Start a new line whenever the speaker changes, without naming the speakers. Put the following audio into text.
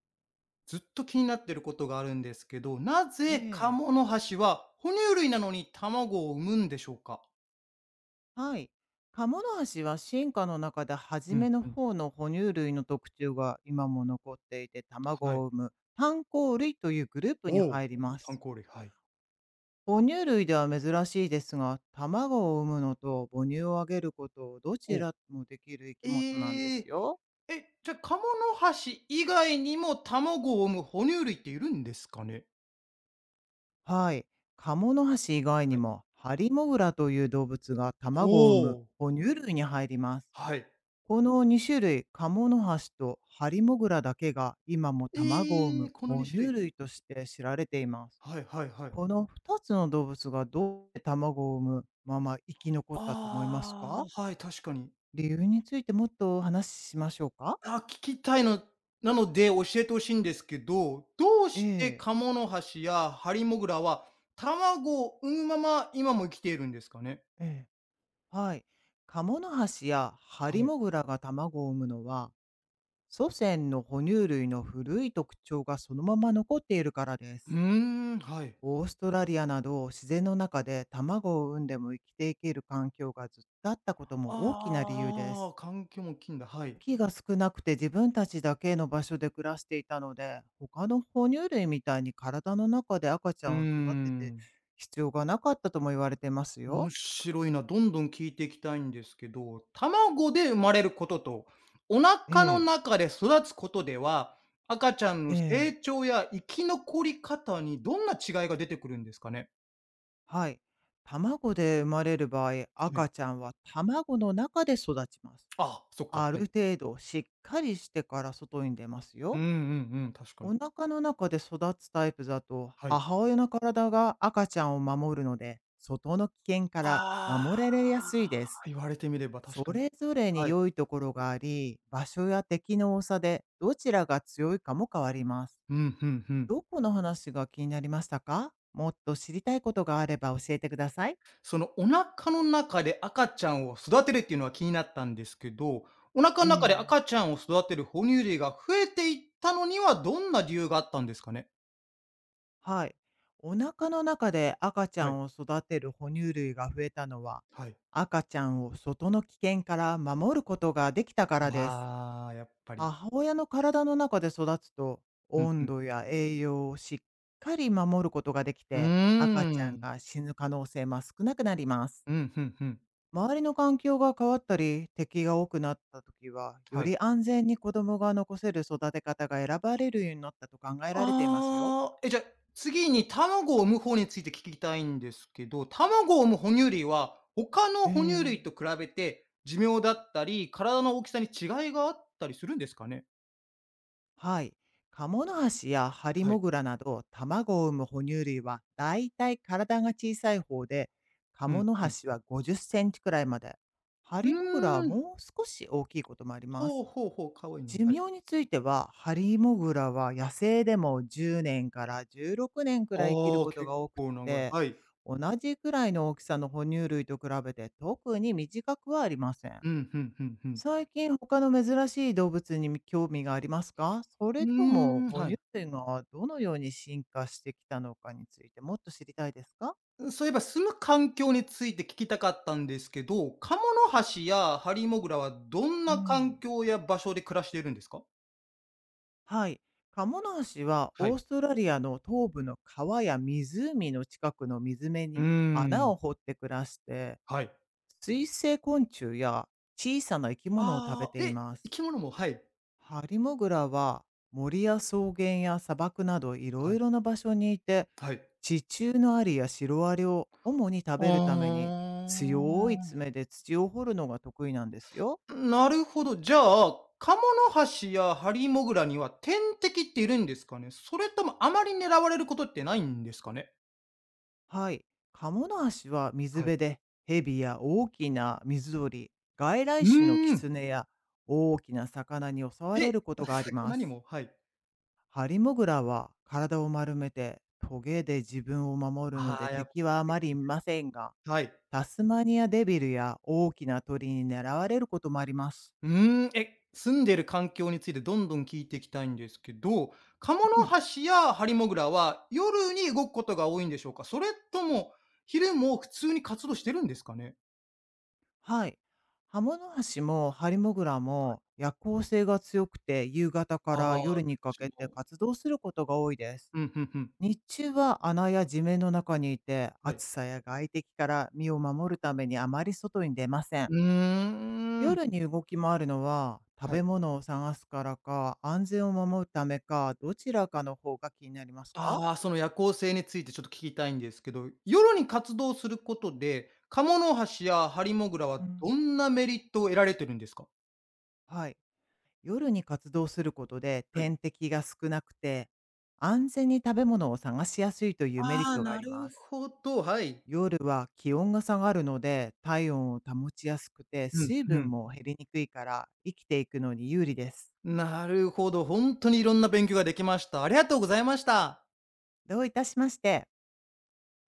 ずっと気になってることがあるんですけど、な
え
ぜカ
え、
モノハシは哺乳類なのに卵を産むんでしょうか？
はい。カモノハシは進化の中で初
うん
めの
うん。
方の哺乳類の特徴が今も残っていて
は
卵
い。
を産む単胞類というグループに
お
入
お、
りま
炭
す。
鉱類、はい。
哺乳類では珍しいですが、卵を産むのと母乳をあげることをどち
おお。
らもできる生き物なんで
え
す
え、
よ。
え、じゃ、カモノハシ以外にも卵を産む哺乳類っているんですかね？
はい。カモノハシ以外に
はい。
もハリモグラという動物が
ほ
卵を産む
お、
哺乳類に入ります。
はい。
この2種類、カモノハシとハリモグラだけが今も卵を産
ええ、
む
この2
哺乳
種類。
類として知られています。
はいはいはい。
この2つの動物がどうして卵を産むまま生き残ったと思います
あ
か？
あ、はい、確かに。
理由についてもっとお話ししましょうか？
あ、聞きたいのなので、教えてほしいんですけど、どうして
ええ
カモノハシやハリモグラは、卵を産むまま今も生きているんですかね？
ええ、はい。カモノハシやハ
は
リ
い。
モグラが卵を産むのは、祖先の哺乳類の古い特徴がそのまま残っているからで
う
す。
ーん、はい。
オーストラリアなど自然の中で卵を産んでも生きていける環境がずっとあったことも大きな理由で
あ
す。
あ、環境も大きいんだ、はい。
敵が少なくて自分たちだけの場所で暮らしていたので、他の哺乳類みたいに体の中で赤ちゃ
うー
んを育てて
ん、
必要がなかったとも言われてます
面
よ。
白いな。どんどん聞いていきたいんですけど、卵で生まれることと、お
え
腹の
え、
中で育つことでは、赤ちゃん
え
の
え、
成長や生き残り方にどんな違いが出てくるんですかね？
はい。卵で生まれる場合、
はい。
赤ちゃんは卵の中で育ちます。
あ、そっか、
あ
はい。
る程度しっかりしてから外に出ます
う
よ。
んうんうん、確かに。
お腹の中で育つタイプだと、
はい。
母親の体が赤ちゃんを守るので、外の危険から
あ
守られやすいで
あ、
す。
言われてみれば
そ
確かに。
れぞれに
はい。
良いところがあり、場所や敵の多さでどちらが強いかも変わります。
うん、ふんふん。
どこの話が気になりましたか？もっと知りたいことがあれば教えてください。
そのお腹の中で赤ちゃんを育てるっていうのは気になったんですけど、お腹の
え
中で
え
赤ちゃんを育てる哺乳類が増えていったのにはどんな理由があったんですかね？
はい。お腹の中で赤ちゃ
はい、
んを育てる哺乳類が増えたのは、
はい。
赤ちゃんを外の危険から守ることができたからです。
ああ、やっぱり。
母親の体の中で育つと、
うん
温
ふん。
度や栄養をしっかり守ることができ
うー
て、赤ちゃん
ん。
が死ぬ可能性も少なくなります。
うん、ふんふん。
周りの環境が変わったり、敵が多くなった時は、よ
はい。
り安全に子供が残せる育て方が選ばれるようになったと考えられていますよ。
ああ、じゃあ、次に卵を産む方について聞きたいんですけど、卵を産む哺乳類は、他の
え
哺乳
え
類と比べて、寿命だったり、体の大きさに違いがあったりするんですかね？
はい。カモノハシやハリ
は
モ
い。
グラなど卵を産む哺乳類はだいたい体が小さい方で、カ
う
モ
ん、
ノ
う
ハ
ん。
シは50センチくらいまで、ハ
う
リモグラ
ー
は
ん。
もう少し大きいこともありま
ほう
す。
ほうほう、可愛いの、
寿
はい。
命については、ハリモグラは野生でも10年から16年くねんくらい生きる
ああ、
こと
結
が多く
構長い。
て、
はい。
同じくらいの大きさの哺乳類と比べて特に短くはありません。
うん、ふんふんふん。
最近他の珍しい動物に興味がありますか？そ
う
れ
ー
とも
ん、
哺
は
乳
い。
類がどのように進化してきたのかについてもっと知りたいですか？
そういえば住む環境について聞きたかったんですけど、カモノハシやハリモグラはどん
う
な
ん、
環境や場所で暮らしているんですか？
はい。カモノハシは
は
オ
い。
ーストラリアの東部の川や湖の近くの水辺
う
に
ー
穴
ん、
を掘って暮らして、
はい。
水生昆虫や小さな生き物を食べ
あ
て
あ、
いま
生
す。
き物も、はい。
ハリモグラは森や草原や砂漠などいろ
は
い
い、
ろな場所にいて、
はい。
地中のアリやシロアリを主に食
あ
べるために強い
あ。
爪で土を掘るのが得意なんですよ。
なるほど。じゃあ、カモノハシやハリモグラには天敵っているんですかね？それともあまり狙われることってないんですかね？
はい。カモノハシは水
はい。
辺でヘビや大きな水鳥、外来
う
種のキ
ー
ツ
ん。
ネや大きな魚に襲われ
え、
ることがありま
魚に
す。
もはい。
ハリモグラは体を丸めてトゲで自分を守るので
ああ、やっぱ
敵はあまりい
り。
ませんが、
はい。
タスマニアデビルや大きな鳥に狙われることもあります。
うーん、住んでる環境についてどんどん聞いていきたいんですけど、カモ
う
ノ
ん、
ハシやハリモグラは夜に動くことが多いんでしょうか？それとも、昼も普通に活動してるんですかね？
はい。ハモノハシもハリモグラも夜行性が強くて夕方か
ああ、
ら
ど
夜
っ
にか
ち
けて
も。
活動することが多いです。
うん、ふんふん。
日中は穴や地面の中にいて
はい。
暑さや外敵から身を守るためにあまり外に出ません。
うーん。
夜に動き回るのは食
は
べ
い。
物を探すからか安全を守るためかどちらかの方が気になりますか？
ああ、その夜行性についてちょっと聞きたいんですけど、夜に活動することで、カモノハシやハリモグラ
う
は
ん、
どんなメリットを得られてるんですか？
はい。夜に活動することで
はい。
天敵が少なくて、安全に食べ物を探しやすいというメリッ
ああ、
トがあ
な
り
る
ます。
ほど、はい。
夜は気温が下がるので体温を保ちやすくて
うん、
水
ふ
分
ん。
も減りにくいから生きていくのに有利です。
なるほど、本当にいろんな勉強ができました。ありがとうございました。
どういたしまして。